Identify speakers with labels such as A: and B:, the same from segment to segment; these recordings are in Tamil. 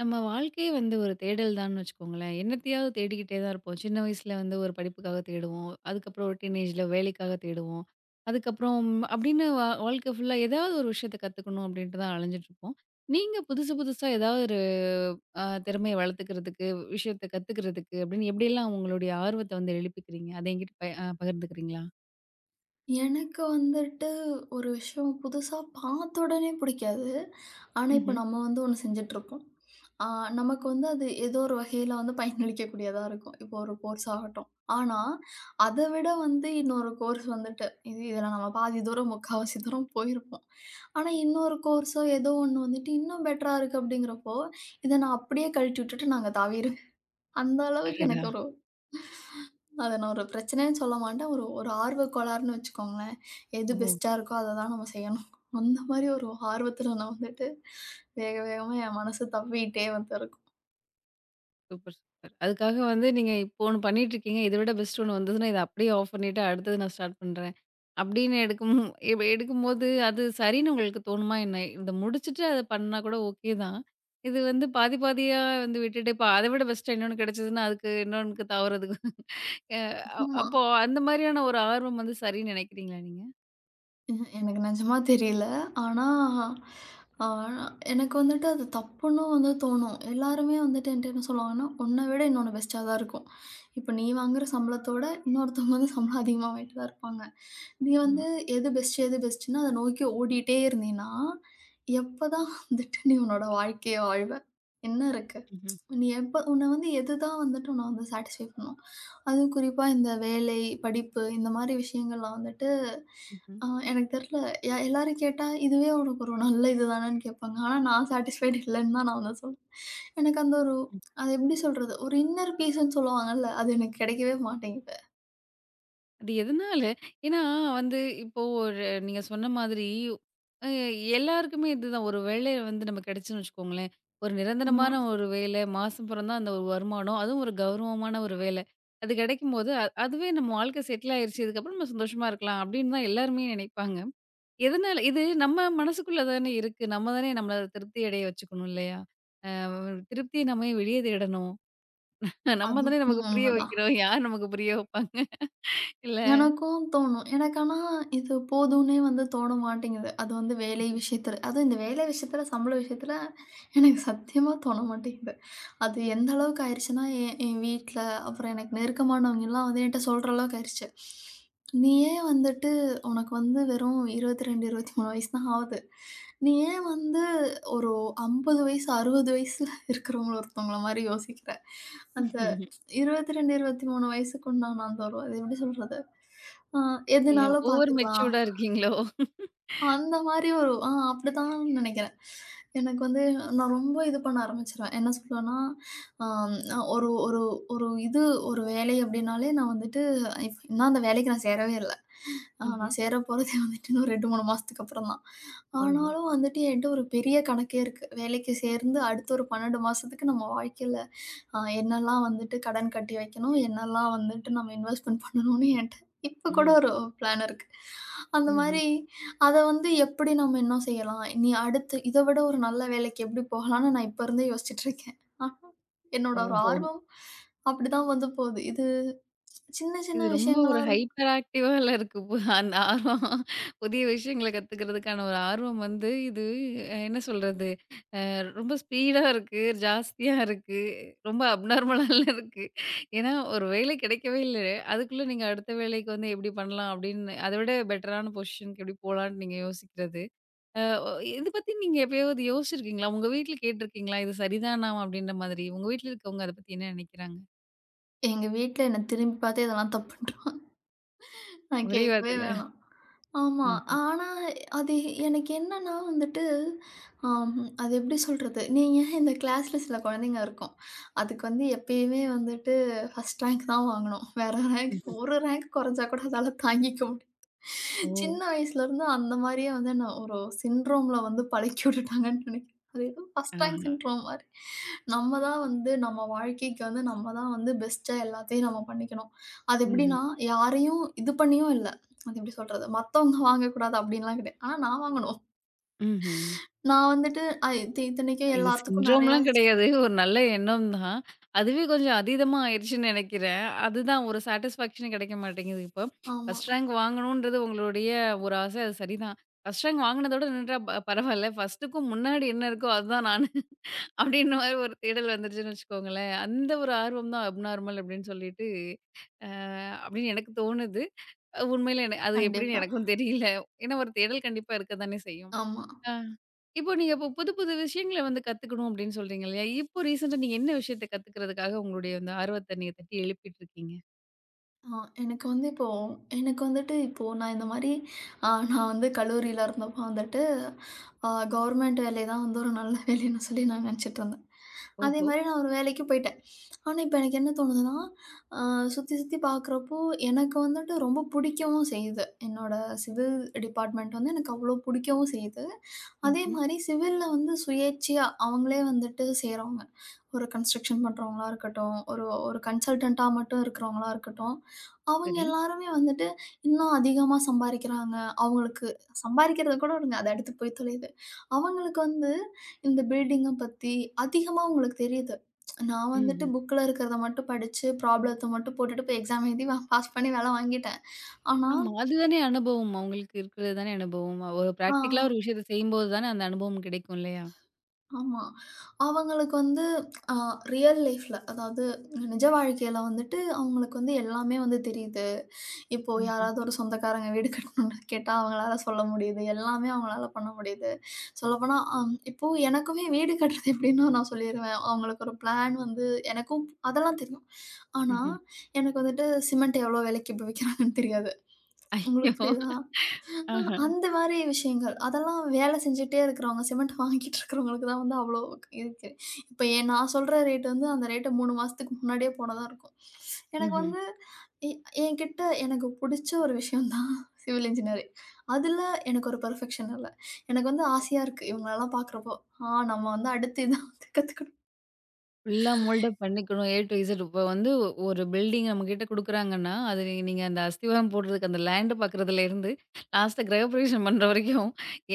A: நம்ம வாழ்க்கையே வந்து ஒரு தேடல் தான்னு வச்சுக்கோங்களேன். என்னத்தையாவது தேடிக்கிட்டே தான் இருப்போம். சின்ன வயசுல வந்து ஒரு படிப்புக்காக தேடுவோம். அதுக்கப்புறம் ஒரு டீனேஜ்ல வேலைக்காக தேடுவோம். அதுக்கப்புறம் அப்படின்னு வாழ்க்கை ஃபுல்லா ஏதாவது ஒரு விஷயத்த கத்துக்கணும் அப்படின்ட்டு தான் அலைஞ்சிட்டுருப்போம். நீங்க புதுசு புதுசா ஏதாவது ஒரு திறமைய வளர்த்துக்கிறதுக்கு, விஷயத்த கத்துக்கிறதுக்கு அப்படின்னு எப்படியெல்லாம் உங்களுடைய ஆர்வத்த வந்து எழுப்பிக்கிறீங்க? அத என்கிட்ட ப அ பகிர்ந்துக்கிறீங்களா?
B: எனக்கு வந்துட்டு ஒரு விஷயம் புதுசா பார்த்த உடனே பிடிக்காது. ஆனா, இப்ப
A: ம்ஹ்ம்.
B: நம்ம வந்து ஒண்ணு செஞ்சுட்ருப்போம். ஆ நமக்கு வந்து அது ஏதோ ஒரு வகையில வந்து பயனளிக்கக்கூடியதா இருக்கும். இப்போ ஒரு கோர்ஸ் ஆகட்டும். ஆனா, அத விட வந்து இன்னொரு கோர்ஸ் வந்துட்டு, இதுல நம்ம பாதி தூரம், முக்காவாசி தூரம் போயிருப்போம். ஆனா, இன்னொரு கோர்ஸோ ஏதோ ஒண்ணு வந்துட்டு இன்னும் பெட்டரா இருக்கு அப்படிங்கிறப்போ, இத நான் அப்படியே கழட்டி விட்டுட்டு நாங்க தாவிருவேன். அந்த அளவுக்கு
A: அடடா!
B: எனக்கு ஒரு அத நான் ஒரு பிரச்சனைன்னு சொல்ல மாட்டேன். ஒரு ஒரு ஆர்வக் கோளாறுன்னு வச்சுக்கோங்களேன். எது
A: ஓ!
B: பெஸ்ட்டா இருக்கோ அத தான் நம்ம செய்யணும். அந்த மாரி ஒரு ஆர்வத்துல நான் வந்துட்டு வேக வேகமா என் மனசு தவ்விட்டே வந்து இருக்கும்.
A: Super, super. அதுக்காக வந்து நீங்க இப்போ ஒண்ணு பண்ணிட்டுருக்கீங்க. இத விட பெஸ்ட் ஒண்ணு வந்ததுன்னா, இத அப்படியே ஆஃப் பண்ணிட்டு அடுத்தது நான் ஸ்டார்ட் பண்றேன். அப்படின்னு எடுக்கும் இப்ப எடுக்கும்போது அது சரின்னு உங்களுக்கு தோணுமா என்ன? இத முடிச்சுட்டு அத பண்ணா கூட ஓகே தான். இது வந்து பாதி பாதியா வந்து விட்டுட்டு, இப்ப அத விட பெஸ்ட்டா இன்னொன்னு கிடைச்சதுன்னா, அதுக்கு இன்னொன்னுக்கு தாவுறதுக்கு அ
B: ஆமா.
A: அப்போ அந்த மாதிரியான ஒரு ஆர்வம் வந்து சரின்னு நினைக்கிறீங்களா நீங்க?
B: ம்ஹ்ம். எனக்கு நிஜமா தெரியல. ஆனா, அ எனக்கு வந்துட்டு அது தப்புன்னு வந்து தோணும். எல்லாருமே வந்துட்டு என்ட்ட என்ன சொல்லுவாங்கன்னா, "உன்ன விட இன்னொன்னு பெஸ்ட்டா தான் இருக்கும். இப்ப நீ வாங்குற சம்பளத்தோட இன்னொருத்தவங்க வந்து சம்பளம் அதிகமா வாங்கிட்டு தான் இருப்பாங்க. நீ
A: ஆமா.
B: வந்து எது பெஸ்ட் எது பெஸ்ட்டுன்னு அத நோக்கி ஓடிட்டே இருந்தீன்னா, எப்பதான் வந்துட்டு நீ உன்னோட வாழ்க்கைய வாழ்வ? என்ன இருக்கு?"
A: ம்ஹ்ம்.
B: நீ எப்ப உன்னை வந்து எதுதான் வந்துட்டு உன்னை வந்து சாட்டிஸ்ஃபை பண்ணும். அதுவும் குறிப்பா இந்த வேலை, படிப்பு இந்த மாரி விஷயங்கள்லாம் வந்துட்டு
A: ம்ஹ்ம்.
B: எனக்கு தெரியல. எல்லாரும் கேட்டா, "இதுவே உனக்கு ஒரு நல்ல இது தானேன்னு" கேட்பாங்க. ஆனா நான் சாட்டிஸ்ஃபைட் இல்லைன்னு தான் நான் வந்து சொல்வேன். எனக்கு அந்த ஒரு அது எப்படி சொல்றது? ஒரு இன்னர் பீஸ்ன்னு சொல்லுவாங்கல்ல, அது எனக்கு கிடைக்கவே மாட்டேங்குது.
A: அது எதனால? ஏன்னா வந்து இப்போ ஒரு நீங்க சொன்ன மாதிரி அ எல்லாருக்குமே இதுதான். ஒரு வேலை வந்து நமக்கு கிடைச்சுன்னு வச்சுக்கோங்களேன். ஒரு
B: ஆமா.
A: நிரந்தரமான ஒரு வேலை, மாசம் பிறந்தா அந்த ஒரு வருமானம், அதுவும் ஒரு கௌரவமான ஒரு வேலை. அது கிடைக்கும்போது, அதுவே நம்ம வாழ்க்கை செட்டில் ஆயிருச்சு. இதுக்கப்புறம் நம்ம சந்தோஷமா இருக்கலாம் அப்படின்னு தான் எல்லாருமே நினைப்பாங்க. எதனால இது நம்ம மனசுக்குள்ள தானே இருக்கு. நம்ம தானே நம்மள திருப்தி அடைய வச்சுக்கணும் இல்லையா? அ திருப்திய நம்ம ஏன் வெளிய தேடணும்? நம்ம
B: அது
A: தானே நமக்கு புரிய
B: உண்மதான்.
A: வைக்கிறோம். யார் நமக்கு புரிய வைப்பாங்க?
B: எனக்கும் தோணும். எனக்கு ஆனா இது போதும்னே வந்து தோண மாட்டேங்குது. அது வந்து வேலை விஷயத்துல. அதுவும் இந்த வேலை விஷயத்துல, சம்பள விஷயத்துல எனக்கு சத்தியமா தோண மாட்டேங்குது. அது எந்த அளவுக்கு ஆயிருச்சுன்னா, என் என் வீட்ல, அப்புறம் எனக்கு நெருக்கமானவங்கலாம் வந்து என்ட்ட சொல்ற அளவுக்கு ஆயிருச்சு. "நீ ஏன் வந்துட்டு உனக்கு வந்து வெறும் 22, 23 வயசு தான் ஆகுது. நீ ஏன் வந்து ஒரு 50 வயசு, 60 வயசுல இருக்கிறவங்கள ஒருத்தவங்கள மாரி யோசிக்கிற?" அந்த
A: இல்ல.
B: 22, 23 வயசுக்கு உண்டான அந்த ஒரு அது எப்படி சொல்றது? ஆ
A: இல்ல
B: எதுனாலும்
A: ஓவர்
B: பார்த்துக்கலாம்.
A: மெச்சூர்டா இருக்கீங்களோ?
B: அந்த மாரி ஒரு அப்படித்தான் நெனைக்கிறேன். எனக்கு வந்து நான் ரொம்ப இது பண்ண ஆரம்பிச்சுருவேன். என்ன சொல்லுவேன்னா, நான் ஒரு ஒரு வேலை அப்படின்னாலே நான் வந்துட்டு இன்னும் அந்த வேலைக்கு நான் சேரவே இல்ல.
A: ம்ஹ்ம்.
B: நான் சேர போறதே வந்துட்டு இன்னும் 2, 3 மாசத்துக்கு அப்புறம் தான்.
A: ஓஹோ!
B: ஆனாலும் வந்துட்டு என்ட்ட ஒரு பெரிய கணக்கே இருக்கு. வேலைக்கு சேர்ந்து அடுத்த ஒரு 12 மாசத்துக்கு நம்ம வாழ்க்கையில என்னெல்லாம் வந்துட்டு கடன் கட்டி வைக்கணும், என்னெல்லாம் வந்துட்டு நம்ம இன்வெஸ்ட்மென்ட் பண்ணணும்னு என்ட்ட இப்ப கூட
A: ம்ஹ்ம்.
B: ஒரு பிளான் இருக்கு. அந்த
A: ம்ஹ்ம்.
B: மாரி அத வந்து எப்படி நம்ம இன்னும் செய்யலாம்? இனி அடுத்து இத விட ஒரு நல்ல வேலைக்கு எப்படி போகலான்னு நான் இப்ப இருந்தே யோசிச்சுட்டு இருக்கேன். ஆனா, என்னோட ஒரு
A: ஓஹோ!
B: ஆர்வம் அப்படிதான் வந்து போகுது. இது சின்ன சின்ன
A: இது ரொம்ப
B: விஷயங்களா
A: ஒரு
B: இருந்
A: ஹைப்பர் ஆக்டிவால இருக்கு. அந்த ஆர்வம் புதிய விஷயங்கள கத்துக்கிறதுக்கான ஒரு ஆர்வம் வந்து இது என்ன சொல்றது? அ ரொம்ப ஸ்பீடா இருக்கு, ஜாஸ்தியா இருக்கு, ரொம்ப அப்நார்மலால இருக்கு. ஏன்னா, ஒரு வேலை கிடைக்கவே இல்ல. அதுக்குள்ள நீங்க அடுத்த வேலைக்கு வந்து எப்டி பண்ணலாம்? அப்டின்னு அத விட பெட்டரான பொசிஷன்க்கு எப்டி போலான்னு நீங்க யோசிக்கிறது. அ ஒ இது பத்தி நீங்க எப்பயாவது யோசிச்சிருக்கீங்களா? உங்க வீட்ல கேட்டுருக்கீங்களா? இது சரிதானா? அப்படின்ற மாதிரி. உங்க வீட்ல இருக்கவங்க அத பத்தி என்ன நினைக்கிறாங்க?
B: எங்க வீட்ல என்ன திரும்பி பார்த்தே இதெல்லாம் தப்புன்றுவாங்க. நான்
A: ஒரே
B: கேட்கவே
A: வார்த்தையில.
B: வேணாம். ஆமா.
A: ம்ஹ்ம்.
B: ஆனா, அது எனக்கு என்னன்னா வந்துட்டு, ஆம் அது எப்படி சொல்றது? நீங்க இந்த கிளாஸ்ல சில குழந்தைங்க இருக்கும். அதுக்கு வந்து எப்பயுமே வந்துட்டு ஃபர்ஸ்ட் ரேங்க் தான் வாங்கணும். வேற ரேங்க்
A: ம்ஹ்ம்.
B: ஒரு ரேங்க் குறைஞ்சா கூட அதால தாங்கிக்க முடியாது.
A: ஓ!
B: சின்ன வயசுலேருந்து அந்த மாரியே வந்து என்ன ஒரு சிண்ட்ரோம்ல வந்து பழக்கி விட்டுட்டாங்கன்னு நினைக்கிறேன். அது ஏதோ ஃபர்ஸ்ட் ரேங்க்
A: ஆஹா.
B: சிண்ட்ரோம் மாரி. நம்ம தான் வந்து நம்ம வாழ்க்கைக்கு வந்து நம்ம தான் வந்து பெஸ்ட்டா எல்லாத்தையும் நம்ம பண்ணிக்கணும். அது
A: ம்ஹ்ம்.
B: எப்படின்னா, யாரையும் இது பண்ணியும் இல்ல. அது எப்படி சொல்றது? மத்தவங்க வாங்கக்கூடாது அப்படின்லாம் கிடையாது. ஆனா நான் வாங்கணும்.
A: ம்ஹ்ம்.
B: நான் வந்துட்டு இத்த இத்தனைக்கும்
A: இது
B: எல்லாத்துக்கும் நெறையா
A: சிண்ட்ரோம்லாம் கிடையாது. ஒரு நல்ல எண்ணம் தான். அதுவே கொஞ்சம் அதீதமா ஆயிருச்சுன்னு நினைக்கிறேன். அதுதான் ஒரு சாட்டிஸ்ஃபேக்ஷனே கிடைக்க மாட்டேங்குது இப்போ.
B: ஆமா.
A: ஃபர்ஸ்ட் ரேங்க் வாங்கணுன்றது உங்களுடைய ஒரு ஆசை. அது சரிதான். ஃபர்ஸ்ட் ரேங்க் வாங்கினதோட நின்றா பரவால்ல. ஃபர்ஸ்ட்டுக்கும் முன்னாடி என்ன இருக்கோ அதுதான் நானு. அப்டின்ற மாரி ஒரு தேடல் வந்துருச்சுன்னு வச்சுக்கோங்களேன். அந்த ஒரு ஆர்வம் தான் அப்நார்மல் அப்டின்னு சொல்லிட்டு, அ அப்டின்னு எனக்கு தோணுது. உண்மையில அது எப்டின்னு
B: கண்டிப்பா.
A: எனக்கும் தெரியல. ஏன்னா ஒரு தேடல் கண்டிப்பா இருக்க தானே செய்யும்.
B: ஆமா.
A: ஆ. இப்போ நீங்க இப்போ புது புது விஷயங்கள வந்து கத்துக்கணும் அப்டின்னு சொல்றீங்க இல்லையா? இப்போ ரீசென்ட்டா நீங்க என்ன விஷயத்த கத்துக்கிறதுக்காக உங்களுடைய அந்த ஆர்வத்த நீங்க தட்டி எழுப்பிட்டு இருக்கீங்க?
B: அ எனக்கு வந்து இப்போ எனக்கு வந்துட்டு இப்போ நான் இந்த மாரி நான் வந்து கல்லூரியில இருந்தப்போ வந்துட்டு அ கவர்மெண்ட் வேலை தான் வந்து ஒரு நல்ல வேலைன்னு சொல்லி நான் நெனச்சுட்டு இருந்தேன். அதே
A: ஓஹோ!
B: மாரி நான் ஒரு வேலைக்கு போயிட்டேன். ஆனா, இப்ப எனக்கு என்ன தோணுதுன்னா, அ சுத்தி சுத்தி பார்க்குறப்போ, எனக்கு வந்துட்டு ரொம்ப பிடிக்கவும் செய்யுது. என்னோட சிவில் டிபார்ட்மெண்ட் வந்து எனக்கு அவ்வளோ பிடிக்கவும் செய்யுது. அதே
A: ம்ஹ்ம்.
B: மாரி சிவில்ல வந்து சுயேச்சையா அவங்களே வந்துட்டு செய்றவங்க. ஒரு கன்ஸ்ட்ரக்ஷன் பண்றவங்களா இருக்கட்டும், ஒரு ஒரு கன்சல்டன்ட்டா மட்டும் இருக்கிறவங்களா இருக்கட்டும், அவங்க
A: சரி.
B: எல்லாருமே வந்துட்டு இன்னும் அதிகமா சம்பாரிக்கிறாங்க. அவங்களுக்கு சம்பாரிக்கிறத கூட விடுங்க, அது அடுத்து போய் தொலையுது. அவங்களுக்கு வந்து இந்த பில்டிங்க பத்தி அதிகமா அவங்களுக்கு தெரியுது. நான் வந்துட்டு
A: ம்ஹ்ம்.
B: புக்ல இருக்கிறத மட்டும் படிச்சு, ப்ராப்ளத்த மட்டும் போட்டுட்டு போய் எக்ஸாம் எழுதி பாஸ் பண்ணி வேல வாங்கிட்டேன். ஆனா
A: ஆமா. அதுதானே அனுபவம். அவங்களுக்கு இருக்கிறது தானே அனுபவம். ஒரு
B: ஆ
A: பிராக்டிகலா ஒரு விஷயத்த செய்யும்போது தானே அந்த அனுபவம் கிடைக்கும் இல்லையா?
B: ஆமா. அவங்களுக்கு வந்து அ ரியல் லைஃப்ல அதாவது நிஜ வாழ்க்கையில வந்துட்டு அவங்களுக்கு வந்து எல்லாமே வந்து தெரியுது. இப்போ
A: ம்ஹ்ம்.
B: யாராவது ஒரு சொந்தக்காரங்க வீடு கட்டணும்னு கேட்டா அவங்களால சொல்ல முடியுது. எல்லாமே அவங்களால பண்ண முடியுது. சொல்லப்போனா இப்போ எனக்குமே வீடு கட்டுறது எப்படின்னா நான் சொல்லிருவேன். அவங்களுக்கு ஒரு பிளான் வந்து எனக்கும் அதெல்லாம் தெரியும். ஆனா
A: ம்ஹ்ம்.
B: எனக்கு வந்துட்டு சிமெண்ட் எவ்வளோ விலைக்கு இப்ப விக்கிறாங்கன்னு தெரியாது.
A: ஐயோ!
B: உங்களுக்கு புரியுதா? அ
A: uh-huh
B: அந்த மாரி விஷயங்கள். அதெல்லாம் வேலை செஞ்சுட்டே இருக்கிறவங்க, சிமெண்ட் வாங்கிட்டு இருக்கிறவங்களுக்கு தான் வந்து அவ்வளோ இருக்கு. இப்ப ஏன் நான் சொல்ற ரேட் வந்து அந்த ரேட்ட 3 மாசத்துக்கு முன்னாடியே போனதா இருக்கும். எனக்கு
A: mm-hmm
B: வந்து எ என்கிட்ட எனக்கு புடிச்ச ஒரு விஷயம் தான் சிவில் இன்ஜினியரிங். அதுல எனக்கு ஒரு பெர்ஃபெக்ஷன் இல்ல. எனக்கு வந்து ஆசையா இருக்கு இவங்களலாம் பார்க்குறப்போ. நம்ம வந்து அடுத்து இதான் கத்துக்கணும்.
A: ஃபுல்லா மோல்டப் பண்ணிக்கணும். A to Z. இப்ப வந்து ஒரு பில்டிங் நம்மகிட்ட குடுக்குறாங்கன்னா, அது நீங்க நீங்க அந்த அஸ்திவாரம் போடுறதுக்கு அந்த லேண்ட் பார்க்குறதுலேருந்து, லாஸ்ட்டா கிரகப்பிரவேஷம் பண்ற வரைக்கும்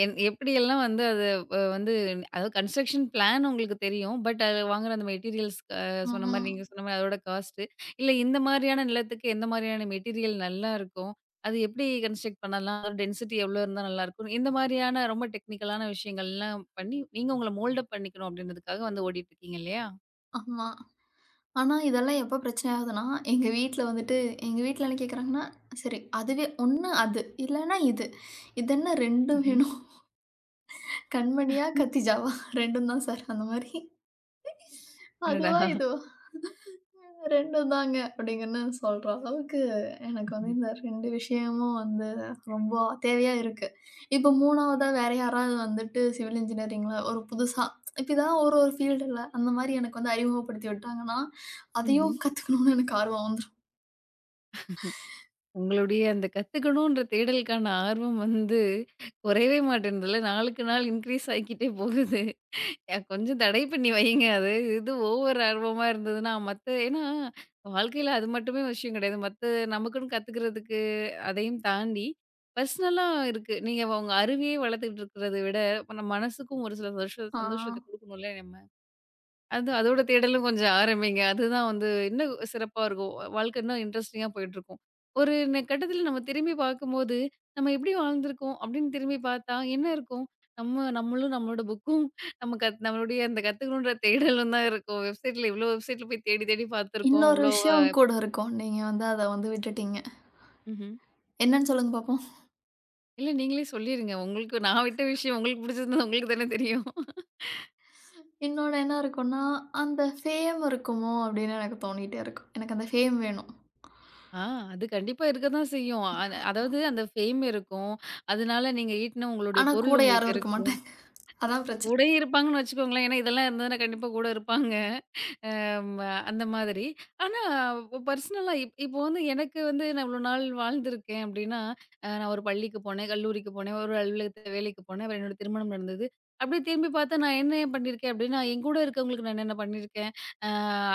A: எப்படியெல்லாம் வந்து அது அ வந்து அதாவது கன்ஸ்ட்ரக்ஷன் பிளான் உங்களுக்கு தெரியும். பட் அது வாங்குற அந்த மெட்டீரியல்ஸ் சொன்ன மாரி
B: ம்.
A: நீங்க சொன்ன மாரி அதோட காஸ்ட்டு. இல்ல இந்த மாரியான நிலத்துக்கு எந்த மாரியான மெட்டீரியல் நல்லாருக்கும்? அது எப்படி கன்ஸ்ட்ரக்ட் பண்ணலாம்? அதோட டென்சிட்டி எவ்வளோ இருந்தா நல்லாயிருக்கும்? இந்த மாரியான ரொம்ப டெக்னிக்கலான விஷயங்கள்லாம் பண்ணி, நீங்க உங்கள மோல்டப் பண்ணிக்கணும் அப்படின்றதுக்காக வந்து ஓடிட்டுருக்கீங்க இல்லையா?
B: ஆமா. ஆனா, இதெல்லாம் எப்ப பிரச்சனை ஆகுதுன்னா, எங்க வீட்ல வந்துட்டு எங்க வீட்ல என்ன கேட்குறாங்கன்னா, சரி அதுவே ஒண்ணு அது, இல்லன்னா இது. இதென்ன 2ம்
A: ம்ஹ்ம்.
B: வேணும்? கண்மணியா? கத்திஜாவா? 2ம் தான் சார். அந்த மாரி. அதுவா?
A: அடடா!
B: இதுவா? 2ம் தாங்க அப்டிங்கன்னு சொல்ற அளவுக்கு எனக்கு வந்து
A: ம்ஹ்ம்.
B: இந்த 2 விஷயமும் வந்து ரொம்ப தேவையா இருக்கு. இப்போ 3வதா வேற யாராவது வந்துட்டு சிவில் இன்ஜினியரிங்ல ஒரு புதுசா இப்ப இதெல்லாம் ஒரு ஒரு ஃபீல்டுல அந்த மாரி எனக்கு வந்து அறிமுகப்படுத்தி விட்டாங்கன்னா,
A: ம்ஹ்ம்.
B: அதையும் கத்துக்கணும்னு எனக்கு ஆர்வம் வந்துரும்.
A: உங்களுடைய அந்த கத்துக்கணுன்ற தேடலுக்கான ஆர்வம் வந்து குறையவே மாட்டேன்துல்ல. நாளுக்கு நாள் இன்க்ரீஸ் ஆகிக்கிட்டே போகுது. கொஞ்சம் தடை பண்ணி வையுங்க. அது இது ஓவர் ஆர்வமா இருந்ததுன்னா, மத்த ஏன்னா வாழ்க்கையில அது மட்டுமே விஷயம் கிடையாது. மத்த நமக்குன்னு கத்துக்கிறதுக்கு அதையும் தாண்டி, பர்சனலா இருக்கு. நீங்க உங்க அறிவையே வளர்த்துக்கிட்டு இருக்கிறத விட, இப்ப நம்ம மனசுக்கும் ஒரு சில சந்தோஷ
B: ஆ.
A: சந்தோஷத்த குடுக்கணும்ல நம்ம. அது அதோட தேடலும் கொஞ்சம் ஆரம்பிங்க. அதுதான் வந்து இன்னும் சிறப்பா இருக்கும். வாழ்க்கை இன்னும் இன்ட்ரஸ்டிங்கா போயிட்டுருக்கும். ஒரு கட்டத்தில நம்ம திரும்பி பார்க்கும்போது, நம்ம எப்படி வாழ்ந்திருக்கோம் அப்படின்னு திரும்பி பார்த்தா என்ன இருக்கும்? நம்ம நம்மளும் நம்மளோட புக்கும் நம்மளுடைய அந்த கத்துக்கணுன்ற தேடலும் தான் இருக்கும். வெப்சைட்ல இவ்ளோ வெப்சைட்ல போய் தேடி தேடி பார்த்துருக்கோம்.
B: இன்னொரு
A: இவ்ளோ
B: விஷயம் கூட இருக்கும். நீங்க வந்து அத வந்து விட்டுட்டீங்க.
A: ம்ஹ்ம்.
B: என்னன்னு சொல்லுங்க பாப்போம்?
A: இல்ல நீங்களே சொல்லிருங்க. உங்களுக்கு நான் விட்ட விஷயம் உங்களுக்கு பிடிச்சிருந்தது உங்களுக்கு தானே தெரியும்.
B: இன்னொன்னு என்ன இருக்கும்ன்னா, அந்த ஃபேம் இருக்குமோ! அப்பிடின்னு எனக்கு தோணிட்டே இருக்கும். எனக்கு அந்த ஃபேம் வேணும்.
A: ஆ அது கண்டிப்பா இருக்க தான் செய்யும். அதாவது அந்த ஃபேம் இருக்கும். அதனால நீங்க ஈட்டின உங்களுடைய
B: ஆனா,
A: பொருள்
B: கூட
A: உங்களுக்கு
B: யாரும் இருக்க
A: இருக்கும்.
B: மாட்டாங்க. அதான் பிரச்சனை.
A: கூடயே இருப்பாங்கன்னு வச்சுக்கோங்களேன். ஏன்னா இதெல்லாம் இருந்ததுன்னா கண்டிப்பா கூட இருப்பாங்க. ம அந்த மாதிரி. ஆனா பர்சனலா இப்போ வந்து எனக்கு வந்து நான் இவ்வளோ நாள் வாழ்ந்திருக்கேன் அப்டின்னா, நான் ஒரு பள்ளிக்கு போனேன், கல்லூரிக்கு போனேன், ஒரு அலுவலகத்துல வேலைக்கு போனேன், அப்புறம் என்னோட திருமணம் நடந்தது. அப்டியே திரும்பி பார்த்தா நான் என்ன பண்ணியிருக்கேன் அப்டின்னா, என் கூட இருக்கவங்களுக்கு நான் என்னென்ன பண்ணியிருக்கேன், அ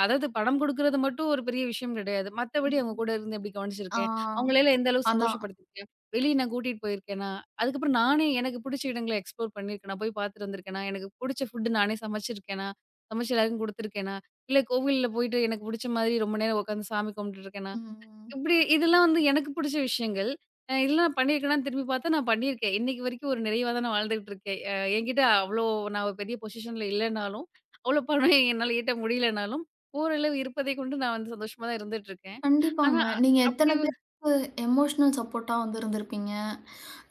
A: அதாவது பணம் குடுக்குறது மட்டும் ஒரு பெரிய விஷயம் கிடையாது. மத்தபடி அவங்க
B: ம்.
A: கூட இருந்து எப்டி
B: ஆ.
A: கவனிச்சிருக்கேன், அவங்களலாம் எந்த அளவு
B: அதான்.
A: சந்தோஷப்படுத்திருக்கேன், வெளிய நான் கூட்டிட்டு போயிருக்கேனா, அதுக்கப்புறம் நானே எனக்கு புடிச்ச இடங்கள எக்ஸ்ப்ளோர் பண்ணியிருக்கேனா, போய் பார்த்துட்டு வந்திருக்கேனா, எனக்கு புடிச்ச ஃபுட் நானே சமைச்சிருக்கேனா, சமைச்சு எல்லாருக்கும் குடுத்துருக்கேனா. இல்ல கோவில்ல போயிட்டு எனக்கு புடிச்ச மாதிரி ரொம்ப நேரம் உட்காந்து சாமி கும்பிட்டுருக்கேனா,
B: ம்.
A: இப்படி இதெல்லாம் வந்து எனக்கு புடிச்ச விஷயங்கள். இதெல்லாம் நான் பண்ணியிருக்கேனான்னு திரும்பி பார்த்தா நான் பண்ணியிருக்கேன். இன்னைக்கு வரைக்கும் ஒரு நிறைவா தான் நான் வாழ்ந்துட்டு இருக்கேன். என்கிட்ட அவ்வளோ நான் ஒரு பெரிய பொசிஷன்ல இல்லனாலும், அவ்வளோ பணம் என்னால ஈட்ட முடியலனாலும், ஓரளவு இருப்பதை கொண்டு நான் வந்து சந்தோஷமா தான் இருந்துட்டு இருக்கேன். ஆனா,
B: கண்டிப்பாங்க. நீங்க
A: அப்படி
B: எத்தன
A: ஒரு
B: பேருக்கு எமோஷனல் சப்போர்ட்டா வந்து இருந்திருப்பீங்க?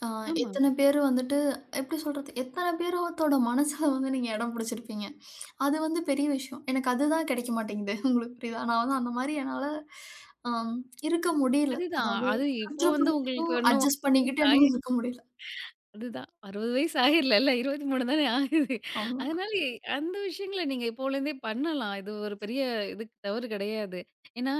B: ஆ
A: ஆமா.
B: எத்தன பேரு வந்துட்டு எப்படி சொல்றது? எத்தன பேரோத்தோட மனசுல வந்து நீங்க இடம் பிடிச்சிருப்பீங்க? அது வந்து பெரிய விஷயம். எனக்கு அதுதான் கிடைக்க மாட்டேங்குது. உங்களுக்கு புரியுதா? நான் வந்து அந்த மாரி என்னால அம் இருக்க முடியல.
A: அதுதான்.
B: அதாவது
A: அது இப்போ வந்து
B: சுற்றுப்புறத்தையும்
A: உங்களுக்கு இன்னும்
B: அட்ஜஸ்ட் பண்ணிக்கிட்டு என்னால இருக்க முடியல.
A: அதுதான். 60 வயசு ஆகிரலல்ல. 23 தானே ஆகுது.
B: ஆமா.
A: அதனால அந்த விஷயங்கள நீங்க இப்போலேருந்தே பண்ணலாம். இது ஒரு பெரிய இது தவறு கிடையாது. ஏன்னா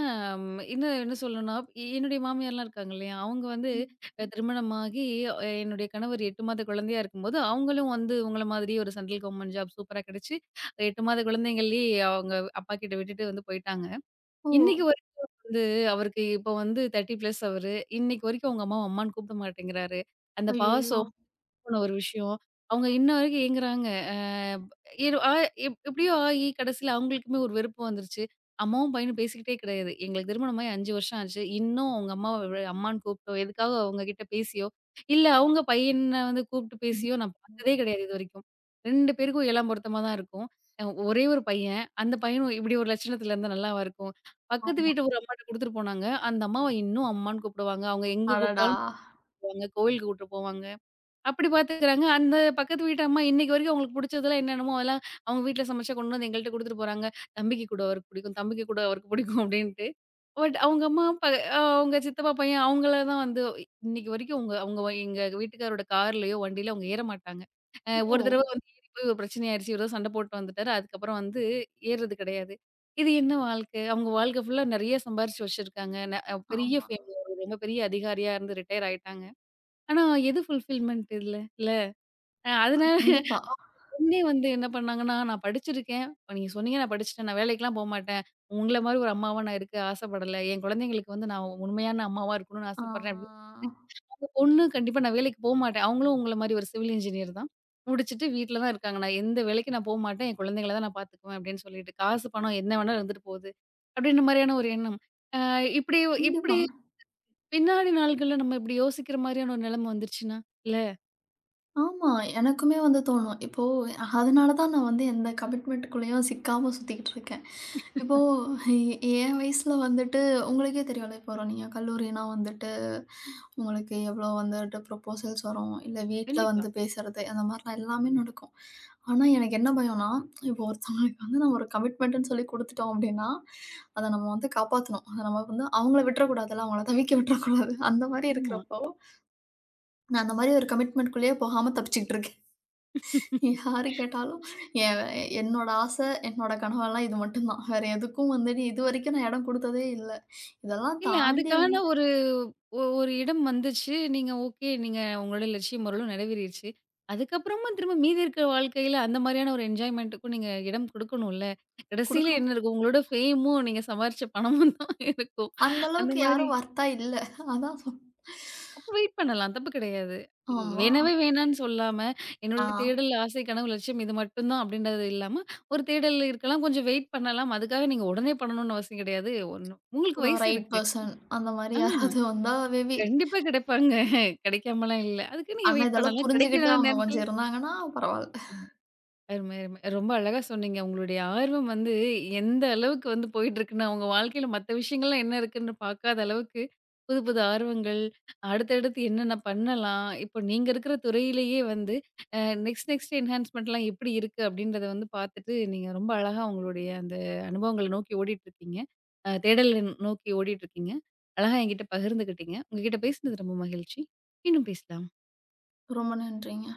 A: இன்னும் என்ன சொல்லணும்னா, என்னுடைய மாமியார்லாம் இருக்காங்க இல்லையா? அவங்க வந்து
B: ம்.
A: அ திருமணமாகி அ என்னுடைய கணவர் 8 மாத குழந்தையா இருக்கும்போது, அவங்களும் வந்து உங்கள மாதிரியே ஒரு சென்ட்ரல் கவர்மெண்ட் ஜாப் சூப்பரா கிடைச்சு, 8 மாத குழந்தைங்கள்லயே அவங்க அப்பா கிட்ட விட்டுட்டு வந்து போயிட்டாங்க.
B: ஓ!
A: இன்னைக்கு வரைக்கும் வந்து அவருக்கு இப்போ வந்து 30 பிளஸ் அவரு. இன்னைக்கு வரைக்கும் அவங்க அம்மாவ அம்மான்னு கூப்பிட மாட்டேங்கிறாரு. அந்த
B: ஐயய்யோ!
A: பாசம் போன ஒரு விஷயம். அவங்க இன்ன வரைக்கும் ஏங்குறாங்க. அ இரு அ எப் எப்படியோ ஆகி கடைசியில அவங்களுக்குமே ஒரு வெறுப்பு வந்துருச்சு. அம்மாவும் பையனும் பேசிக்கிட்டே கிடையாது. எங்களுக்கு திருமணமாகி 5 வருஷம் ஆச்சு. இன்னும் அவங்க அம்மாவ அம்மான்னு கூப்பிட்டோ, எதுக்காக அவங்க கிட்ட பேசியோ, இல்ல அவங்க பையன வந்து கூப்பிட்டு
B: ம்.
A: பேசியோ நான்
B: ம்.
A: பார்த்ததே கிடையாது இதுவரைக்கும். 2 பேருக்கும் இளம் பொருத்தமா தான் இருக்கும். ஒரே ஒரு பையன். அந்த பையனும் இப்படி ஒரு லட்சணத்தில இருந்தா நல்லாவா இருக்கும்? பக்கத்து
B: ஆமா.
A: வீட்டு ஒரு அம்மாட்ட குடுத்துட்டு போனாங்க. அந்த அம்மாவ இன்னும் அம்மான்னு கூப்பிடுவாங்க. அவங்க எங்க
B: அடடா!
A: கூப்பிட்டாலும் போவாங்க. கோவிலுக்கு கூட்டு போவாங்க. அப்படி பாத்துக்குறாங்க. அந்த பக்கத்து வீட்டு அம்மா இன்னைக்கு வரைக்கும் அவங்களுக்கு புடிச்சதெல்லாம் என்னென்னமோ அதெல்லாம் அவங்க வீட்ல சமைச்சா கொண்டு வந்து எங்கள்ட்ட குடுத்துட்டு போறாங்க. தம்பிக்கு குடு அவருக்கு பிடிக்கும், தம்பிக்கு குடு அவருக்கு பிடிக்கும் அப்படின்ட்டு. பட் அவங்க அம்மா அவங்க சித்தப்பா பையன் அவங்கள தான் வந்து இன்னைக்கு வரைக்கும் அவங்க அவங்க வ- எங்க வீட்டுக்காரோட கார்லயோ, வண்டியிலயோ அவங்க ஏற மாட்டாங்க.
B: ஓ!
A: ஒரு தடவ வந்து ஏறி போய் ஒரு பிரச்சனை ஆயிடுச்சு. இவரு தான் சண்டை போட்டு வந்துட்டாரு. அதுக்கப்புறம் வந்து ஏறுறது கிடையாது. இது என்ன வாழ்க்கை? அவங்க வாழ்க்கை ஃபுல்லா நெறைய சம்பாரிச்சு வச்சிருக்காங்க. பெரிய
B: ஆமா.
A: ஃபேமிலி ரொம்ப பெரிய அதிகாரியா இருந்து ரிட்டயர் ஆயிட்டாங்க. ஆனா எது ஃபுல்ஃபில்மென்ட் இதுல? இல்ல. அதனால
B: கண்டிப்பா.
A: உடனே வந்து என்ன பண்ணாங்கன்னா, நான் படிச்சிருக்கேன். இப்ப நீங்க சொன்னீங்க நான் படிச்சுட்டேன். நான் வேலைக்குலாம் போமாட்டேன். உங்கள மாரி ஒரு அம்மாவா நான் இருக்க ஆசைப்படல. என் குழந்தைங்களுக்கு வந்து நான் உண்மையான அம்மாவா இருக்கணும்னு ஆசைப்படுறேன் அப்டின்னா,
B: ஆ.
A: அந்த பொண்ணு கண்டிப்பா நான் வேலைக்கு போமாட்டேன். அவங்களும் உங்கள மாரி ஒரு சிவில் இன்ஜினியர் தான். முடிச்சுட்டு வீட்ல தான் இருக்காங்க. நான் எந்த வேலைக்கும் நான் போமாட்டேன். என் குழந்தைங்கள தான் நான் பார்த்துக்குவேன் அப்டின்னு சொல்லிட்டு, காசு, பணம் என்ன வேணா இருந்துட்டு போகுது. அப்டின்ற மாரியான ஒரு எண்ணம். அ இப்டி இப்டி
B: கண்டிப்பா.
A: பின்னாடி நாள்கள்ல நம்ம இப்டி யோசிக்கிற மாரியான ஒரு நிலைமை வந்துருச்சுன்னா, இல்ல.
B: ஆமா. எனக்குமே வந்து தோணும். இப்போ அதனால தான் நான் வந்து எந்த கமிட்மெண்ட்டுக்குள்ளேயும் சிக்காம சுத்திக்கிட்டு இருக்கேன். இப்போ எ என் வயசுல வந்துட்டு உங்களுக்கே தெரியும்ல, இப்போ ஒரு நீங்க கல்லூரினா வந்துட்டு, உங்களுக்கு எவ்வளோ வந்துட்டு ப்ரொபோசல்ஸ் வரும், இல்ல வீட்ல
A: கண்டிப்பா.
B: வந்து பேசுறது, அந்த மாரிலாம் எல்லாமே நடக்கும். ஆனா எனக்கு என்ன பயம்னா, இப்போ ஒருத்தவங்களுக்கு வந்து நம்ம ஒரு கமிட்மெண்ட்டுன்னு சொல்லி குடுத்துட்டோம் அப்டின்னா, அத நம்ம வந்து காப்பாத்தணும். அத நம்ம வந்து அவங்கள விட்டுறக்கூடாதுல்ல, அவங்கள தவிக்க விட்டுறக்கூடாது. அந்த மாரி
A: ஆமா.
B: இருக்கிறப்போ, நான் அந்த மாரி ஒரு கமிட்மெண்ட்க்குள்ளேயே போகாம தப்பிச்சுக்கிட்டு இருக்கேன். யாரு கேட்டாலும் என் என்னோட ஆசை, என்னோட கனவெல்லாம் இது மட்டும் தான். வேற எதுக்கும் வந்துட்டு இதுவரைக்கும் நான் இடம் குடுத்ததே இல்ல. இதெல்லாம்
A: இல்ல
B: தாண்டி
A: அதுக்கான
B: வந்து
A: ஒரு ஒரு இடம் வந்துச்சு. நீங்க ஓகே. நீங்க உங்களோட லட்சியம் ஓரளவு நிறைவேறிருச்சு. அதுக்கப்புறமா திரும்ப மீதி இருக்கிற வாழ்க்கையில அந்த மாரியான ஒரு என்ஜாய்மென்ட்டுக்கும் நீங்க இடம் குடுக்கணும்ல. கடைசியில
B: குடுக்கணும்.
A: என்ன இருக்கும்? உங்களோட ஃபேமும், நீங்க சம்பாரிச்ச பணமும் தான் இருக்கும்.
B: அந்த
A: அந்த
B: அளவுக்கு
A: மாரி
B: யாரும் வொர்த்தா இல்ல. அதான் சொன்னேன்.
A: அப்ப வெயிட் பண்ணலாம். தப்பு கிடையாது.
B: ஆமா.
A: வேணவே வேணான்னு சொல்லாம,
B: ஆ
A: என்னோட தேடல், ஆசை, கனவு, லட்சியம் இது மட்டும் தான் அப்படின்றது இல்லாம, ஒரு தேடல் இருக்கலாம். கொஞ்சம் வெயிட் பண்ணலாம். அதுக்காக நீங்க உடனே பண்ணணும்னு அவசியம் கிடையாது. ஒண்ணு உங்களுக்கு
B: ஒரு
A: வயசு
B: ரைட்
A: இருக்கு.
B: பெர்சன் அந்த மாரி
A: ஆமா.
B: யாராவது வந்தா மேபி.
A: கண்டிப்பா கிடைப்பாங்க. கிடைக்காமலாம் இல்ல. அதுக்கு நீங்க
B: ஆனா
A: வெயிட்
B: இதெல்லாம்
A: பண்ணலாம்.
B: புரிஞ்சுகிட்டு
A: கிடைக்கிற
B: அவங்க
A: நேரத்துல
B: கொஞ்சம் இருந்தாங்கன்னா பரவால்ல.
A: அருமை, அருமை. ரொம்ப அழகா சொன்னீங்க. உங்களுடைய ஆர்வம் வந்து எந்த அளவுக்கு வந்து போயிட்டுருக்குன்னா, உங்க வாழ்க்கையில மத்த விஷயங்கள்லாம் என்ன இருக்குன்னு பார்க்காத அளவுக்கு, புது புது ஆர்வங்கள், அடுத்தடுத்து என்னென்ன பண்ணலாம்? இப்போ நீங்க இருக்கிற துறையிலேயே வந்து அ நெக்ஸ்ட் நெக்ஸ்ட் என்ஹான்ஸ்மெண்ட்லாம் எப்படி இருக்கு? அப்படின்றத வந்து பார்த்துட்டு, நீங்க ரொம்ப அழகா உங்களுடைய அந்த அனுபவங்கள நோக்கி ஓடிட்டுருக்கீங்க. தேடல நோக்கி ஓடிட்டுருக்கீங்க. அழகா என்கிட்ட பகிர்ந்துக்கிட்டீங்க. உங்ககிட்ட பேசினது ரொம்ப மகிழ்ச்சி. மீண்டும் பேசலாம்.
B: ரொம்ப நன்றிங்க.